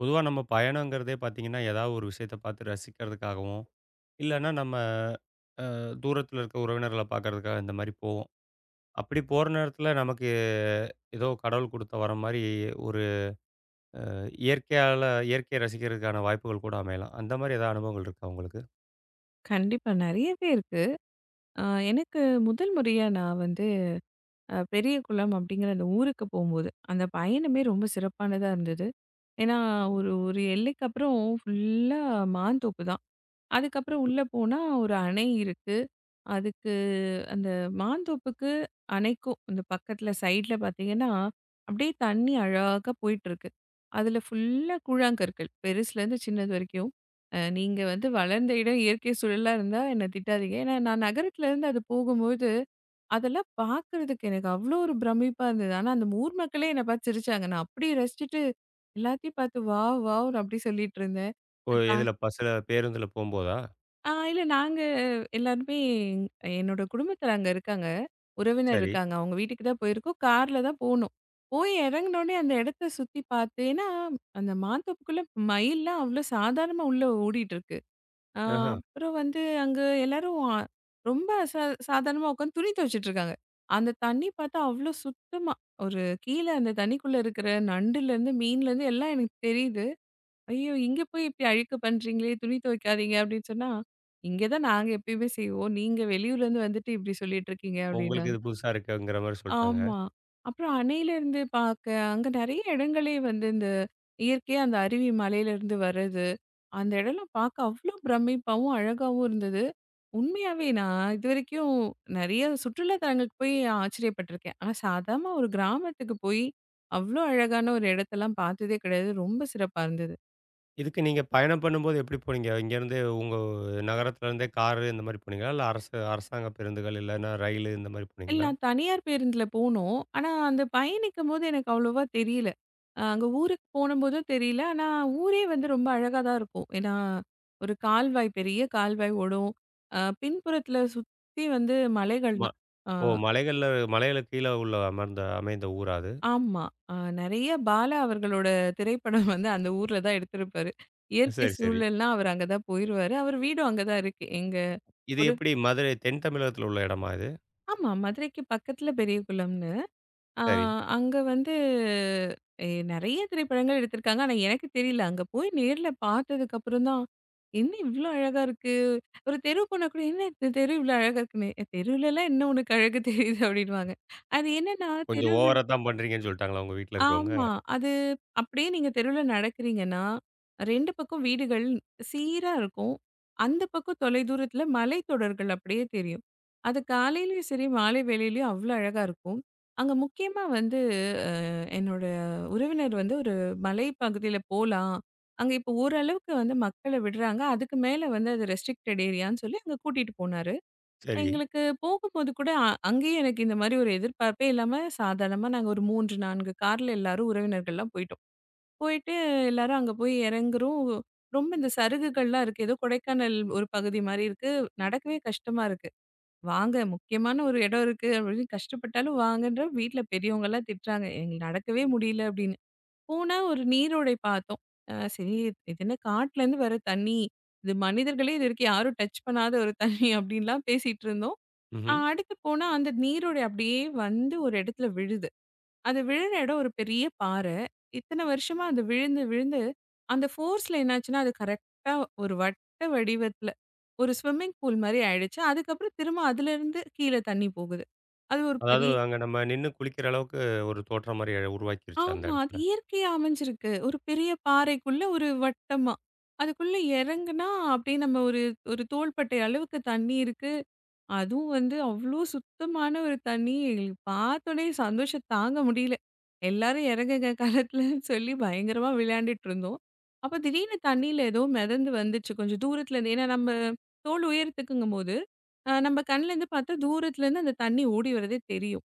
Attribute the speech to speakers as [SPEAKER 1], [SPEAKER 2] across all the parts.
[SPEAKER 1] பொதுவா நம்ம பயணங்கிறதே பார்த்தீங்கன்னா, ஏதாவது ஒரு விஷயத்த பார்த்து ரசிக்கிறதுக்காகவும், இல்லன்னா நம்ம அ தூரத்தில இருக்க உறவினர்கள பார்க்கறதுக்காக இந்த மாரி போவோம். அப்படி போற நேரத்தில நமக்கு ஏதோ கடவுள் குடுத்த வரம் மாரி ஒரு இயற்கையால இயற்கையை ரசிக்கிறதுக்கான வாய்ப்புகள் கூட அமையலாம். அந்த மாரி ஏதாவது அனுபவங்கள் இருக்கா உங்களுக்கு?
[SPEAKER 2] கண்டிப்பா. நெறையவே இருக்கு. அ எனக்கு முதல் முறையா நான் வந்து அ பெரிய குளம் அப்படிங்கிற அந்த ஊருக்கு போம்போது, அந்த பயணமே ரொம்ப சிறப்பானதா இருந்தது. ஏன்னா, ஒரு ஒரு எல்லைக்கு அப்புறம் ஃபுல்லா மாந்தோப்பு தான். அதுக்கப்புறம் உள்ள போனா ஒரு அணை இருக்கு. அதுக்கு அந்த மாந்தோப்புக்கு அணைக்கும் அந்த பக்கத்துல சைட்ல பார்த்தீங்கன்னா, அப்படியே தண்ணி அழகா போயிட்டுருக்கு. அதுல ஃபுல்லா கூழாங்கற்கள். பெருசுலேருந்து சின்னது வரைக்கும். நீங்க வந்து வளர்ந்த இடம் இயற்கை சூழலா இருந்தா என்ன திட்டாதீங்க. ஏன்னா நான் நகரத்துலேருந்து அது போகும்போது, அதெல்லாம் பார்க்கறதுக்கு எனக்கு அவ்வளோ ஒரு பிரமிப்பா இருந்தது. ஆனா அந்த ஊர் மக்களே என்ன பார்த்து சிரிச்சாங்க. நான் அப்படியே ரசிச்சுட்டு எல்லாத்தையும் பார்த்து வாவ்! வாவ்ன்னு அப்படி சொல்லிட்டு இருந்தேன்.
[SPEAKER 1] ஓ, எதில, பேருந்துல போம்போதா?
[SPEAKER 2] இல்ல, நாங்க எல்லாருமே என்னோட குடும்பத்தில அங்க இருக்காங்க. உறவினர்
[SPEAKER 1] சரி.
[SPEAKER 2] இருக்காங்க. அவங்க வீட்டுக்கு தான் போயிருக்கோம். கார்ல தான் போனோம். போய் இறங்குனோனே அந்த இடத்த சுத்தி பார்த்து, ஏன்னா அந்த மாந்தோப்புக்குள்ள மயில்லாம் அவ்ளோ சாதாரணமா உள்ள ஓடிட்டுருக்கு. ஆ
[SPEAKER 1] ஆஹ.
[SPEAKER 2] அப்புறம் வந்து அங்க எல்லாரும் ரொம்ப சாதாரணமா உட்காந்து துணி துவைச்சுட்டுருக்காங்க. அந்த தண்ணி பார்த்தா அவ்ளோ சுத்தமா. ஒரு கீழ அந்த தண்ணிக்குள்ள இருக்கிற நண்டுலேருந்து, மீன்லேருந்து எல்லாம் எனக்கு தெரியுது. ஐயோ! இங்க போய் இப்படி அழுக்கு பண்றீங்களே, துணி துவைக்காதீங்க அப்படின்னு சொன்னா, "இங்க தான் நாங்க எப்பயுமே செய்வோம். நீங்க வெளியூர்லேருந்து வந்துட்டு இப்படி சொல்லிட்டு இருக்கீங்க"
[SPEAKER 1] உங்களுக்கு
[SPEAKER 2] அப்படின்னாங்க.
[SPEAKER 1] இது புதுசா இருக்குங்கிற மாரி சொல்ட்டாங்க.
[SPEAKER 2] ஆமா. அப்புறம் அணையிலேருந்து பாக்க, அங்க நெறைய இடங்களே வந்து இந்த இயற்கையா அந்த அருவி மலையிலேருந்து வர்றது, அந்த இடம்லாம் பார்க்க அவ்வளோ பிரமிப்பாவும், அழகாவும் இருந்தது. உண்மையாவே நான் இதுவரைக்கும் நெறைய சுற்றுலா தலங்களுக்கு போய் ஆச்சரியப்பட்டுருக்கேன். ஆனா சாதாரண ஒரு கிராமத்துக்கு போய், அவ்வளோ அழகான ஒரு இடத்தெல்லாம் பார்த்ததே கிடையாது. ரொம்ப சிறப்பா இருந்தது.
[SPEAKER 1] இதுக்கு நீங்க பயணம் பண்ணும்போது எப்படி போனீங்க? இங்கேருந்து உங்க நகரத்துலேருந்தே காரு இந்த மாரி போனீங்களா? இல்ல அரசு, அரசாங்க பேருந்துகள், இல்லன்னா ரயிலு இந்த மாரி
[SPEAKER 2] இல்ல,
[SPEAKER 1] போனீங்களா?
[SPEAKER 2] நான் தனியார் பேருந்துல போனோம். ஆனா, அந்த பயணிக்கும்போது எனக்கு அவ்வளவா தெரியல. அங்க ஊருக்கு போனபோதும் தெரியல. ஆனா, ஊரே வந்து ரொம்ப அழகா தான் இருக்கும். ஏன்னா, ஒரு கால்வாய் பெரிய கால்வாய் ஓடும். பின்புறத்துல சுத்தி வந்து மலைகள்
[SPEAKER 1] ம.
[SPEAKER 2] தான். அ
[SPEAKER 1] ஓ! மலைகளுக்கு கீழ உள்ள அமைந்த ஊரா அது?
[SPEAKER 2] ஆமா. அ நெறைய பாலா அவர்களோட திரைப்படம் வந்து அந்த ஊர்ல தான் எடுத்திருப்பாரு. இயற்கை
[SPEAKER 1] சரி, சரி.
[SPEAKER 2] சூழல்னா அவர் அங்க தான் போயிருவாரு. அவர் வீடும் அங்க தான் இருக்கு. எங்க
[SPEAKER 1] இது
[SPEAKER 2] ஒரு
[SPEAKER 1] எப்படி, மதுரை தென் தமிழகத்தில உள்ள இடமா இது?
[SPEAKER 2] ஆமா. மதுரைக்கு பக்கத்துல பெரியகுளம். ஆ
[SPEAKER 1] சரி.
[SPEAKER 2] அங்க வந்து நெறைய திரைப்படங்கள் எடுத்திருக்காங்க. ஆனா எனக்கு தெரியல. அங்க போய் நேர்ல பார்த்ததுக்கு அப்புறம் தான், என்ன இவ்ளோ அழகா இருக்கு. ஒரு தெரு போனா கூட, "என்ன இந்த தெரு இவ்ளோ அழகா இருக்குன்னு." "தெருவுலலாம் என்ன உனக்கு அழகு தெரியுது?" அப்படின்னுவாங்க. அது என்னன்னா
[SPEAKER 1] கொஞ்சம்
[SPEAKER 2] தெருவுகள்
[SPEAKER 1] ஓவரா தான் பண்றீங்கன்னு சொல்லிட்டாங்களா உங்க வீட்ல இருக்கவங்க?
[SPEAKER 2] ஆமா. அது அப்படியே நீங்க தெருவுல நடக்கிறீங்கன்னா, 2 பக்கம் வீடுகள் சீரா இருக்கும். அந்த பக்கம் தொலைதூரத்துல மலைத்தொடர்கள் அப்படியே தெரியும். அது காலையிலயும் சரி, மாலை வேளையிலயும் அவ்ளோ அழகா இருக்கும். அங்க முக்கியமா வந்து என்னோட உறவினர் வந்து ஒரு மலை பகுதியில போலாம். அங்க இப்போ ஓரளவுக்கு வந்து மக்கள விடுறாங்க. அதுக்கு மேல வந்து அது ரெஸ்ட்ரிக்டட் ஏரியான்னு சொல்லி அங்க கூட்டிட்டு போனாரு.
[SPEAKER 1] சரி.
[SPEAKER 2] எங்களுக்கு போகும்போது கூட அங்கேயே எனக்கு இந்த மாரி ஒரு எதிர்பார்ப்பே இல்லாம சாதாரணமா நாங்க ஒரு 3, 4 கார்ல எல்லாரும் உறவினர்கள்லாம் போயிட்டோம். போயிட்டு எல்லாரும் அங்க போய் இறங்குறோம். ரொம்ப இந்த சருகுகள்லாம் இருக்கு. ஏதோ கொடைக்கானல் ஒரு பகுதி மாரி இருக்கு. நடக்கவே கஷ்டமா இருக்கு. "வாங்க முக்கியமான ஒரு இடம் இருக்கு" அப்படின்னு கஷ்டப்பட்டாலும் வாங்கன்ற வீட்ல பெரியவங்கலாம் திட்டுறாங்க. "எங்களுக்கு நடக்கவே முடியல" அப்படின்னு. போனா ஒரு நீரோடை பார்த்தோம். சரி, இது என்ன காட்டுலேருந்து வர தண்ணி. இது மனிதர்களே இதுவரைக்கும் யாரும் டச் பண்ணாத ஒரு தண்ணி அப்டின்லாம் பேசிட்டு இருந்தோம்.
[SPEAKER 1] ம்ஹ்ம்.
[SPEAKER 2] அடுத்து போனா அந்த நீரோடை அப்டியே வந்து ஒரு இடத்துல விழுது. அது விழுற இடம் ஒரு பெரிய பாறை. இத்தன வருஷமா அது விழுந்து விழுந்து அந்த ஃபோர்ஸ்ல என்னாச்சுன்னா, அது கரெக்ட்டா ஒரு வட்ட வடிவத்துல ஒரு ஸ்விம்மிங் பூல் மாரி ஆயிடுச்சு. அதுக்கப்புறம் திரும்ப அதுலேருந்து கீழ தண்ணி போகுது. அது ஒரு
[SPEAKER 1] அதாவது,
[SPEAKER 2] பெரிய
[SPEAKER 1] அங்க நம்ம நின்னு குளிக்கிற அளவுக்கு ஒரு தோற்றம் மாரி உருவாக்கிருச்சா அந்த
[SPEAKER 2] ஆமா. அது
[SPEAKER 1] இடத்துல?
[SPEAKER 2] இயற்கையா அமைஞ்சிருக்கு. ஒரு பெரிய பாறைக்குள்ள ஒரு வட்டமா. அதுக்குள்ள இறங்குனா அப்படியே நம்ம ஒரு ஒரு தோள்பட்டை அளவுக்கு தண்ணி இருக்கு. அதுவும் வந்து அவ்ளோ சுத்தமான ஒரு தண்ணி. எங்களுக்கு பார்த்தோனே சந்தோஷம் தாங்க முடியல. எல்லாரும் இறங்குங்க களத்துலன்னு சொல்லி பயங்கரமா விளையாண்டுட்டு இருந்தோம். அப்ப திடீர்னு தண்ணீல ஏதோ மிதந்து வந்துச்சு கொஞ்சம் தூரத்துல இருந்து. ஏன்னா நம்ம தோள் உயரத்துக்குங்கும்போது, நம்ம கண்லேருந்து பார்த்தா தூரத்துலேருந்து அந்த தண்ணி ஓடி வரதே தெரியும்.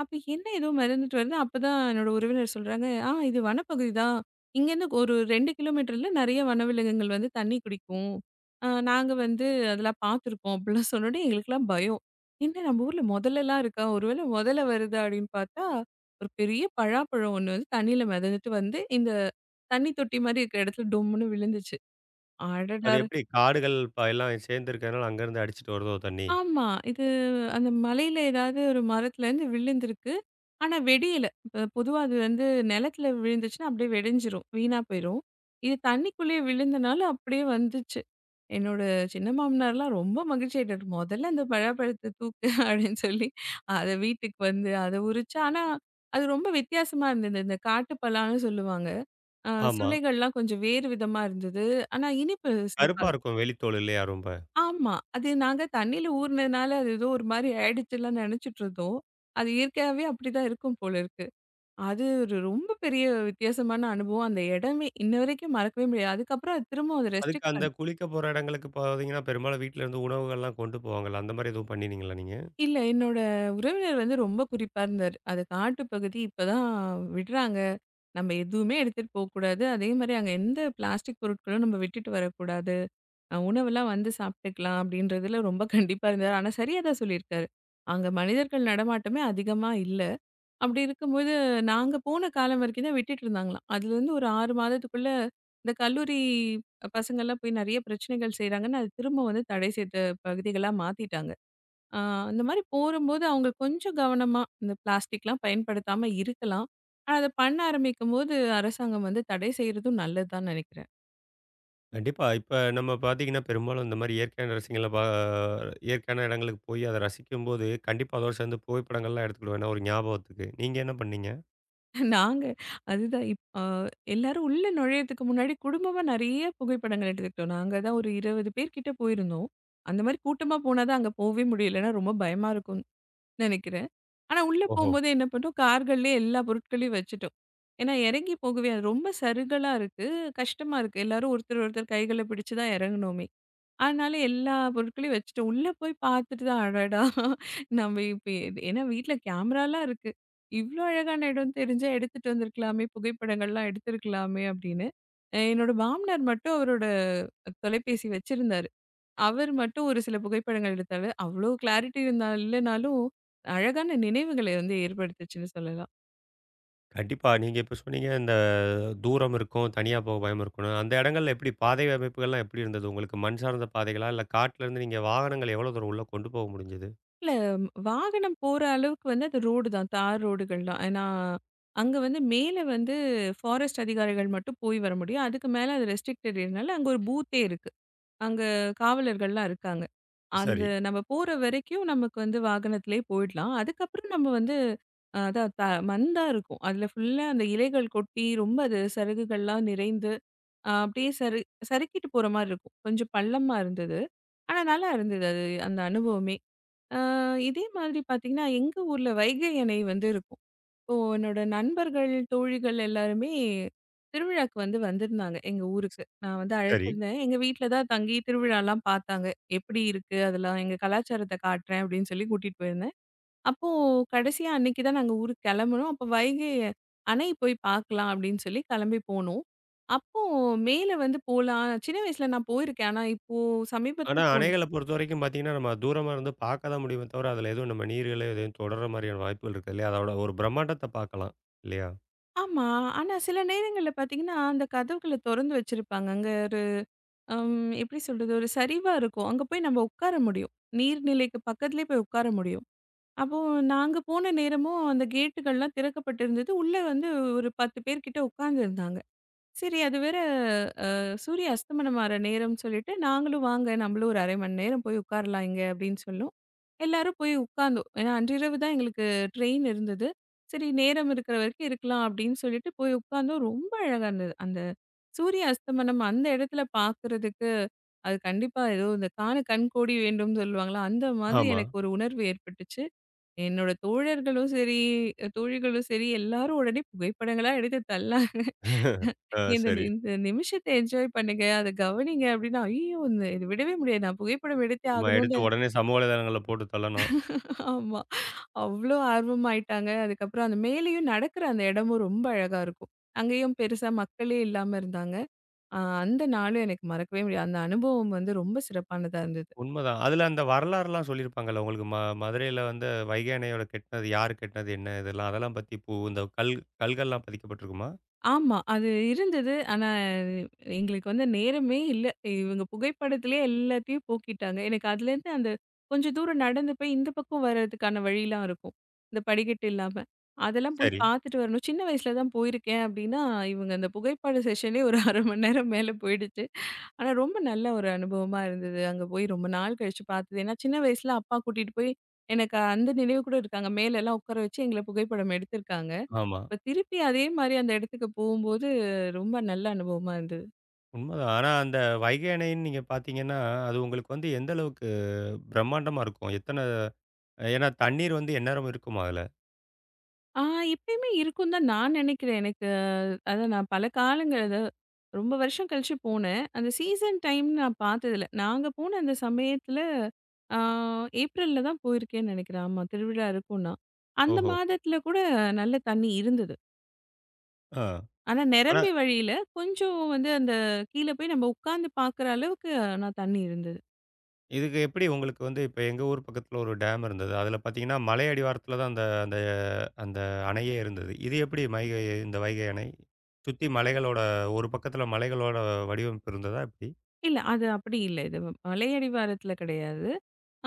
[SPEAKER 2] அப்ப என்ன ஏதோ மிதந்துட்டு வருது. அப்பதான் என்னோட உறவினர் சொல்றாங்க, "ஆ இது வனப்பகுதி தான். இங்கேருந்து ஒரு 2 கிலோமீட்டர்ல நெறைய வனவிலங்குகள் வந்து தண்ணி குடிக்கும். நாங்க வந்து அதெல்லாம் பார்த்துருக்கோம்." அப்படிலாம் சொன்னோனே எங்களுக்கெல்லாம் பயம். என்ன நம்ம ஊர்ல முதல்லலாம் இருக்கா? ஒருவேளை முதல்ல வருதா? அப்படின்னு பார்த்தா, ஒரு பெரிய பலாப்பழம் ஒண்ணு வந்து தண்ணியில மிதந்துட்டு வந்து, இந்த தண்ணி தொட்டி மாரி இருக்கிற இடத்துல டொம்முன்னு விழுந்துச்சு. அடடா!
[SPEAKER 1] அது எப்படி, காடுகள் ப எல்லாம் சேர்ந்து இருக்கனால அங்கேருந்து அடிச்சிட்டு வருதோ தண்ணி?
[SPEAKER 2] ஆமா. இது அந்த மலையில ஏதாவது ஒரு மரத்துலருந்து விழுந்திருக்கு. ஆனா வெடியல. இப்ப பொதுவா அது வந்து நிலத்துல விழுந்துச்சுன்னா, அப்படியே வெடிஞ்சிரும். வீணா போயிரும். இது தண்ணிக்குள்ளேயே விழுந்தனால அப்படியே வந்துச்சு. என்னோட சின்ன மாமனார்லாம் ரொம்ப மகிழ்ச்சி ஆயிட்டாரு. "மொதல்ல அந்த பலாப்பழத்த தூக்கு" அப்படின்னு சொல்லி அத வீட்டுக்கு வந்து அத உரிச்சு, ஆனா அது ரொம்ப வித்தியாசமா இருந்தது. இந்த காட்டுப்பலான்னு சொல்லுவாங்க.
[SPEAKER 1] ஆமா.
[SPEAKER 2] சுளைகள்லாம் கொஞ்சம் வேறு விதமா இருந்தது. ஆனா இனிப்பு சிறப்பா.
[SPEAKER 1] கருப்பா இருக்கும் வெளித்தோல் இல்லையா ரொம்ப?
[SPEAKER 2] ஆமா, அது நாங்க தண்ணியில ஊறுனதுனால அது ஏதோ ஒரு மாரி ஆயிடுச்சுலாம் நெனச்சுட்டு இருந்தோம். அது இயற்கையாவே அப்படிதான் இருக்கும் போல இருக்கு. அது ஒரு ரொம்ப பெரிய வித்தியாசமான அனுபவம். அந்த இடமே இன்ன வரைக்கும் மறக்கவே முடியாது. அதுக்கப்புறம் அது திரும்பவும் அத
[SPEAKER 1] அதுக்கு,
[SPEAKER 2] ரெஸ்ட்ரிக்ட்
[SPEAKER 1] அந்த
[SPEAKER 2] பண்
[SPEAKER 1] குளிக்க போற இடங்களுக்கு பார்த்தீங்கன்னா, பெரும்பாலும் வீட்ல இருந்து உணவுகள்லாம் கொண்டு போவாங்கல்ல. அந்த மாரி எதுவும் பண்ணினீங்களா நீங்க?
[SPEAKER 2] இல்ல, என்னோட உறவினர் வந்து ரொம்ப குறிப்பா இருந்தாரு. அது காட்டு பகுதி இப்பதான் விடுறாங்க. நம்ம எதுவுமே எடுத்துட்டு போக்கூடாது. அதே மாரி அங்க எந்த பிளாஸ்டிக் பொருட்களும் நம்ம விட்டுட்டு வரக்கூடாது. உணவெல்லாம் வந்து சாப்பிட்டுக்கலாம் அப்படின்றதுல ரொம்ப கண்டிப்பா இருந்தாரு. ஆனா சரியா தான் சொல்லியிருக்காரு. அங்க மனிதர்கள் நடமாட்டமே அதிகமா இல்ல. அப்படி இருக்கும்போது, நாங்க போன காலம் வரைக்கும் தான் விட்டுட்டு இருந்தாங்களாம். அதுலருந்து ஒரு 6 மாதத்துக்குள்ள இந்த கல்லூரி பசங்கள்லாம் போய் நெறைய பிரச்சனைகள் செய்றாங்கன்னு, அது திரும்ப வந்து தடை செய்த பகுதிகளா மாத்திட்டாங்க. ஆ அந்த மாரி போறம்போது அவங்க கொஞ்சம் கவனமா இந்த பிளாஸ்டிக்லாம் பயன்படுத்தாம இருக்கலாம். ஆனா, அத பண்ண ஆரம்பிக்கும்போது அரசாங்கம் வந்து தடை செய்றதும் நல்லது தான் நெனைக்கிறேன்.
[SPEAKER 1] கண்டிப்பா. இப்ப நம்ம பார்த்தீங்கன்னா, பெரும்பாலும் இந்த மாரி இயற்கையான ரசிகங்கள பா இயற்கையான இடங்களுக்கு போய் அத ரசிக்கும்போது, கண்டிப்பா அதோட சேர்ந்து புகைப்படங்கள்லாம் எடுத்துக்கிடுவோம். ஏன்னா, ஒரு ஞாபகத்துக்கு. நீங்க என்ன பண்ணீங்க?
[SPEAKER 2] நாங்க அதுதான் இப் அ எல்லாரும் உள்ள நுழையறதுக்கு முன்னாடி குடும்பமா நெறைய புகைப்படங்கள் எடுத்துக்கிட்டோம். நாங்க தான் ஒரு 20 பேர் கிட்ட போயிருந்தோம். அந்த மாரி கூட்டமா போனா தான் அங்க போவே முடியும். இல்லன்னா ரொம்ப பயமா இருக்கும்னு நெனைக்கிறேன். ஆனா உள்ள
[SPEAKER 1] ஓஹோ!
[SPEAKER 2] போம்போது என்ன பண்ணோம், கார்கள்லயே எல்லா பொருட்களையும் வச்சுட்டோம். ஏன்னா இறங்கி போகவே அது ரொம்ப சருகலா இருக்கு. கஷ்டமா இருக்கு. எல்லாரும் ஒருத்தர், ஒருத்தர் கைகள பிடிச்சு தான் இறங்குனோமே! அதனால எல்லா பொருட்களையும் வச்சுட்டு உள்ள போய் பார்த்துட்டு தான் அடடா! நம்ம இப்ப எது ஏன்னா வீட்ல கேமராலாம் இருக்கு. இவ்ளோ அழகான இடம் தெரிஞ்சா எடுத்துட்டு வந்திருக்கலாமே! புகைப்படங்கள்லாம் எடுத்திருக்கலாமே! அப்படின்னு. என்னோட மாமனார் மட்டும் அவரோட தொலைபேசி வச்சிருந்தாரு. அவர் மட்டும் ஒரு சில புகைப்படங்கள் எடுத்தாரு. அவ்ளோ கிளாரிட்டி இருந்தா இல்லனாலும், அழகான நினைவுகளை வந்து ஏற்படுத்துச்சுன்னு சொல்லலாம்.
[SPEAKER 1] கண்டிப்பா. நீங்க இப்ப சொன்னீங்க, இந்த தூரம் இருக்கும், தனியா போக பயம் இருக்கும்னு. அந்த இடங்கள்ல எப்படி பாதை அமைப்புகள்லாம் எப்படி இருந்தது உங்களுக்கு? மண் சார்ந்த பாதைகளா? இல்ல காட்டுல இருந்து நீங்க வாகனங்கள் எவ்வளோ தூரம் உள்ள கொண்டு போக முடிஞ்சது?
[SPEAKER 2] இல்ல, வாகனம் போற அளவுக்கு வந்து அது ரோடு தான். தார் ரோடுகள் தான். ஏன்னா, அங்க வந்து மேல வந்து ஃபாரஸ்ட் அதிகாரிகள் மட்டும் போய் வர முடியும். அதுக்கு மேல அது ரெஸ்ட்ரிக்டட் ஏரியானால அங்க ஒரு பூத்தே இருக்கு. அங்க காவலர்கள்லாம் இருக்காங்க. அந்த
[SPEAKER 1] சரி,
[SPEAKER 2] நம்ம போற வரைக்கும் நமக்கு வந்து வாகனத்திலே போயிடலாம். அதுக்கப்புறம் நம்ம வந்து அ அதான் த மந்தா இருக்கும். அதில ஃபுல்லா அந்த இலைகள் கொட்டி ரொம்ப அது சருகுகள்லாம் நிறைந்து, அப்படியே சறுக்கிட்டு போற மாரி இருக்கும். கொஞ்சம் பள்ளமா இருந்தது. ஆனா நல்லா இருந்தது அது அந்த அனுபவமே. ஆ, இதே மாதிரி பார்த்தீங்கன்னா, எங்க ஊர்ல வைகை அணை வந்து இருக்கும். இப்போ என்னோட நண்பர்கள், தோழிகள் எல்லாருமே திருவிழாக்கு வந்து வந்திருந்தாங்க, எங்க ஊருக்கு. நான் வந்து
[SPEAKER 1] சரி.
[SPEAKER 2] அழைச்சிருந்தேன். எங்க வீட்ல தான் தங்கி திருவிழாலாம் பார்த்தாங்க. "எப்படி இருக்கு? அதெல்லாம் எங்க கலாச்சாரத்த காட்டுறேன்." அப்படின்னு சொல்லி கூட்டிட்டு போயிருந்தேன். அப்போ கடைசியா அன்னைக்கு தான் நாங்க ஊருக்கு கிளம்புனோம். அப்போ வைகை அணை போய் பார்க்கலாம் அப்படின்னு சொல்லி கிளம்பி போனோம். அப்போ மேல வந்து போலாம். சின்ன வயசுல நான் போயிருக்கேன். ஆனா இப்போ
[SPEAKER 1] ஆனா,
[SPEAKER 2] சமீபத்தில போனது.
[SPEAKER 1] அணைகள பொறுத்தவரைக்கும் பார்த்தீங்கன்னா, நம்ம தூரமா இருந்து பார்க்க தான் முடியுமே தவிர, அதில எதுவும் நம்ம நீர்களோ எதையும் தொடர்ற மாரியான வாய்ப்புகள் இருக்காது இல்லையா? அதோட ஒரு பிரம்மாண்டத்த பார்க்கலாம். இல்லையா?
[SPEAKER 2] ஆமா. ஆனா சில நேரங்கள்ல பார்த்தீங்கன்னா, அந்த கதவுகள தொறந்து வச்சிருப்பாங்க. அங்க ஒரு எப்படி சொல்றது? ஒரு சரிவா இருக்கும். அங்க போய் நம்ம உட்கார முடியும். நீர்நிலைக்கு பக்கத்திலேயே போய் உட்கார முடியும். அப்போ நாங்க போன நேரமும் அந்த கேட்டுகள்லாம் திறக்கப்பட்டிருந்தது. உள்ள வந்து ஒரு 10 பேர் கிட்ட உட்கார்ந்திருந்தாங்க. சரி. அது வேற அ சூரிய அஸ்தமனம் ஆற நேரம்னு சொல்லிட்டு, நாங்களும் வாங்க நம்மளும் ஒரு 1/2 மணி நேரம் போய் உட்காரலாம் இங்க அப்படின்னு சொல்லும். எல்லாரும் போய் உட்கார்ந்தோம். ஏன்னா அன்றிரவு தான் எங்களுக்கு ட்ரெயின் இருந்தது. சரி நேரம் இருக்கிற வரைக்கும் இருக்கலாம் அப்படின்னு சொல்லிட்டு போய் உட்கார்ந்தோம். ரொம்ப அழகா இருந்தது. அந்த சூரிய அஸ்தமனம் அந்த இடத்துல பார்க்கறதுக்கு, அது கண்டிப்பா ஏதோ இந்த "காண கண் கோடி வேண்டும்னு" சொல்லுவாங்கல்ல, அந்த மாதிரி
[SPEAKER 1] ஆமா.
[SPEAKER 2] எனக்கு ஒரு உணர்வு ஏற்பட்டுச்சு. என்னோட தோழர்களும் சரி, தோழிகளும் சரி எல்லாரும் உடனே புகைப்படங்களா எடுத்து தள்ள,
[SPEAKER 1] ஆ, சரி.
[SPEAKER 2] இந்த நிமிஷத்த என்ஜாய் பண்ணுங்க. அத கவனிங்க அப்டின்னா, ஐயோ! இந்த இத விடவே முடியாது. நான் புகைப்படம் எடுத்தே
[SPEAKER 1] நம்ம எடுத்து
[SPEAKER 2] ஆகணும்னு
[SPEAKER 1] உடனே சமூக வலைதளங்கள்ல போட்டு தள்ளணும்.
[SPEAKER 2] ஆமா. அவ்ளோ ஆர்வமாயிட்டாங்க. அதுக்கப்புறம் அந்த மேலேயும் நடக்குற அந்த இடமும் ரொம்ப அழகா இருக்கும். அங்கேயும் பெருசா மக்களே இல்லாம இருந்தாங்க. அந்த நாளும் எனக்கு மறக்கவே முடியாது. அந்த அனுபவம் வந்து ரொம்ப சிறப்பானதா இருந்தது.
[SPEAKER 1] உண்மதான். அதில அந்த வரலாறுலாம் சொல்லியிருப்பாங்கல்ல உங்களுக்கு? மதுரையில வந்து வைகை அணையோட கெட்டினது, யார் கெட்டினது, என்ன, இதெல்லாம், அதெல்லாம் பத்தி இந்த கல்கள்லாம் பதிக்கப்பட்டிருக்குமா?
[SPEAKER 2] ஆமா. அது இருந்தது. ஆனா, எங்களுக்கு வந்து நேரமே இல்ல. இவங்க புகைப்படத்திலேயே எல்லாத்தையும் போக்கிட்டாங்க. எனக்கு அதுலேருந்து அந்த கொஞ்சம் தூரம் நடந்து போய் இந்த பக்கம் வர்றதுக்கான வழிலாம் இருக்கும். இந்த படிக்கட்டு இல்லாம. அதெல்லாம் போய்
[SPEAKER 1] சரி.
[SPEAKER 2] பார்த்துட்டு வரணும். சின்ன வயசுல தான் போயிருக்கேன் அப்படின்னா, இவங்க அந்த புகைப்பட செஷனே ஒரு 1/2 மணி நேரம் மேல போயிடுச்சு. ஆனா, ரொம்ப நல்ல ஒரு அனுபவமா இருந்தது. அங்க போய் ரொம்ப நாள் கழிச்சு பார்த்தது. ஏன்னா, சின்ன வயசுல அப்பா கூட்டிட்டு போய் எனக்கு அந்த நினைவு கூட இருக்கு. அங்க மேலலாம் உட்கார வச்சு எங்கள புகைப்படம் எடுத்திருக்காங்க.
[SPEAKER 1] ஆமா.
[SPEAKER 2] இப்ப திருப்பி அதே மாரி அந்த இடத்துக்கு போகும்போது, ரொம்ப நல்ல அனுபவமா இருந்தது.
[SPEAKER 1] உண்மதான். ஆனா, அந்த வைகை அணைன்னு நீங்க பார்த்தீங்கன்னா, அது உங்களுக்கு வந்து எந்த அளவுக்கு பிரம்மாண்டமா இருக்கும்? எத்தன, ஏன்னா தண்ணீர் வந்து எந்நேரமும் இருக்குமா அதுல?
[SPEAKER 2] ஆ எப்பயுமே இருக்கும் தான் நான் நினைக்கிறேன். எனக்கு அதான் நான் பல காலங்கள் அது ரொம்ப வருஷம் கழிச்சு போனேன். அந்த சீசன் டைம்ன்னு நான் பார்த்ததில்ல. நாங்க போன அந்த சமயத்துல, ஆ ஏப்ரல்ல தான் போயிருக்கேன்னு நினைக்கிறேன். ஆமா, திருவிழா இருக்கும்னா. அந்த
[SPEAKER 1] ஓஹோ!
[SPEAKER 2] மாதத்துல கூட நல்ல தண்ணி இருந்தது.
[SPEAKER 1] ஆ.
[SPEAKER 2] ஆனா
[SPEAKER 1] ஆனா,
[SPEAKER 2] நிரம்பி வழியில கொஞ்சம் வந்து அந்த கீழ போய் நம்ம உட்கார்ந்து பார்க்குற அளவுக்கு ஆனா தண்ணி இருந்தது.
[SPEAKER 1] இதுக்கு எப்படி உங்களுக்கு வந்து, இப்ப எங்க ஊர் பக்கத்துல ஒரு டேம் இருந்தது. அதுல பார்த்தீங்கன்னா, மலை அடிவாரத்துல தான் அந்த அந்த அந்த அணையே இருந்தது. இது எப்படி, இந்த வைகை அணை சுத்தி மலைகளோட, ஒரு பக்கத்துல மலைகளோட வடிவமைப்பு இருந்ததா எப்படி?
[SPEAKER 2] இல்ல, அது அப்படி இல்ல. இது மலையடிவாரத்துல கிடையாது.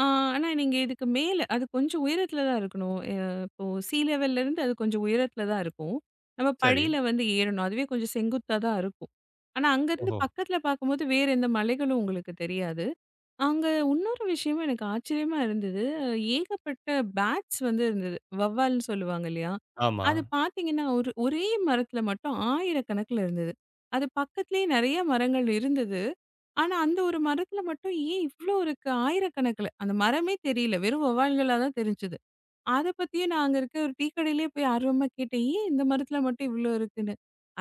[SPEAKER 2] ஆ, ஆனா நீங்க இதுக்கு மேல அது கொஞ்சம் உயரத்துல தான் இருக்கணும். இப்போ சீ லெவல்ல இருந்து அது கொஞ்சம் உயரத்துல தான் இருக்கும். நம்ம
[SPEAKER 1] சரி.
[SPEAKER 2] படியில வந்து ஏறணும். அதுவே கொஞ்சம் செங்குத்தா தான் இருக்கும். ஆனா அங்கருந்து
[SPEAKER 1] ஓஹோ!
[SPEAKER 2] பக்கத்துல பார்க்கும்போது வேற எந்த மலைகளும் உங்களுக்கு தெரியாது. அங்க இன்னொரு விஷயமும் எனக்கு ஆச்சரியமா இருந்தது. ஏகப்பட்ட பேட்ஸ் வந்து இருந்தது. வௌவால்ன்னு சொல்லுவாங்க இல்லையா?
[SPEAKER 1] ஆமா.
[SPEAKER 2] அது பார்த்தீங்கன்னா, ஒரே மரத்தில மட்டும் ஆயிரக்கணக்கில இருந்தது. அது பக்கத்திலேயே நெறைய மரங்கள் இருந்தது. ஆனா, அந்த ஒரு மரத்தில மட்டும் ஏன் இவ்ளோ இருக்கு? ஆயிரக்கணக்கில. அந்த மரமே தெரியல. வெறும் வௌவால்களா தான் தெரிஞ்சது. அத பத்தியே நான் அங்க இருக்க ஒரு டீ கடையிலேயே போய் ஆர்வமா கேட்டேன். ஏன் இந்த மரத்தில மட்டும் இவ்ளோ இருக்குன்னு?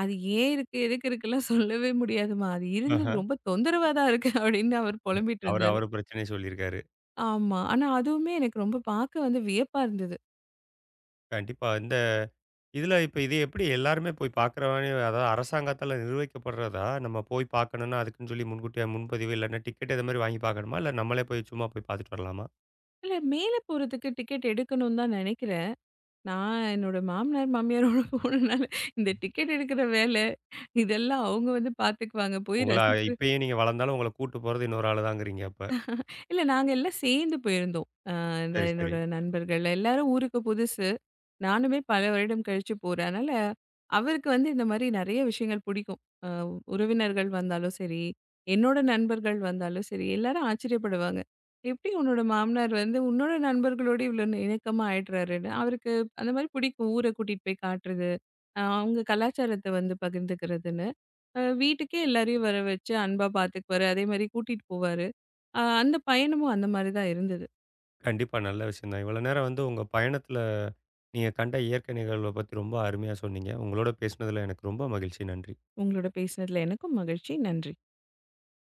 [SPEAKER 2] அது ஏன் இருக்கு? எதுக்கு இருக்குலாம் சொல்லவே முடியாதும்மா. அது இருந்தது
[SPEAKER 1] ஆஹ.
[SPEAKER 2] ரொம்ப தொந்தரவா தான் இருக்கு அப்படின்னு அவர் புலம்பிட்டு
[SPEAKER 1] அவரு
[SPEAKER 2] இருந்தாரு.
[SPEAKER 1] அவரு பிரச்சனைய சொல்லியிருக்காரு.
[SPEAKER 2] ஆமா. ஆனா அதுவுமே எனக்கு ரொம்ப பார்க்க வந்து வியப்பா இருந்தது.
[SPEAKER 1] கண்டிப்பா. இதுல இப்ப, இது எப்படி, எல்லாருமே போய் பார்க்குற மாரி அதாவது அரசாங்கத்தால நிர்வகிக்கப்படுறதா? நம்ம போய் பார்க்கணும்னா, அதுக்குன்னு சொல்லி முன்கூட்டியா முன்பதிவு, இல்லன்னா டிக்கெட் இது மாரி வாங்கி பார்க்கணுமா? இல்ல நம்மளே போய் சும்மா போய் பார்த்துட்டு வரலாமா?
[SPEAKER 2] இல்ல, மேல போறதுக்கு டிக்கெட் எடுக்கணும்னு தான் நெனைக்கிறேன். நான் என்னோட மாமனார், மாமியாரோட போனனால இந்த டிக்கெட் எடுக்கிற வேலை இதெல்லாம் அவங்க வந்து பார்த்துக்குவாங்க. போய்
[SPEAKER 1] உங்கள
[SPEAKER 2] ரசிக்கிற
[SPEAKER 1] இப்பயும் நீங்க வளர்ந்தாலும் உங்கள கூட்டு போறது இன்னொரு ஆளு தாங்கிறீங்க அப்ப.
[SPEAKER 2] இல்ல, நாங்க எல்லாம் சேர்ந்து போயிருந்தோம். இந்த
[SPEAKER 1] சரி, சரி.
[SPEAKER 2] என்னோட நண்பர்கள் எல்லாரும் ஊருக்கு புதுசு. நானுமே பல வருடம் கழிச்சு போறேன். அதனால அவருக்கு வந்து இந்த மாரி நெறைய விஷயங்கள் பிடிக்கும். அ உறவினர்கள் வந்தாலும் சரி, என்னோட நண்பர்கள் வந்தாலும் சரி, எல்லாரும் ஆச்சரியப்படுவாங்க. "எப்படி உன்னோட மாமனார் வந்து உன்னோட நண்பர்களோட இவ்ளோ இணக்கமா ஆயிடுறாருன்னு?" அவருக்கு அந்த மாரி பிடிக்கும். ஊர கூட்டிட்டு போய் காட்டுறது, அவங்க கலாச்சாரத்த வந்து பகிர்ந்துக்கிறதுன்னு. வீட்டுக்கே எல்லாரையும் வர வச்சு அன்பா பார்த்துக்குவாரு. அதே மாரி கூட்டிட்டு போவாரு. அந்த பயணமும் அந்த மாரி தான் இருந்தது.
[SPEAKER 1] கண்டிப்பா நல்ல விஷயம் தான். இவ்வளோ நேரம் வந்து உங்க பயணத்துல நீங்க கண்ட இயற்கை நிகழ்வ பத்தி ரொம்ப அருமையா சொன்னீங்க. உங்களோட பேசினதுல எனக்கு ரொம்ப மகிழ்ச்சி. நன்றி.
[SPEAKER 2] உங்களோட பேசினதுல எனக்கும் மகிழ்ச்சி. நன்றி.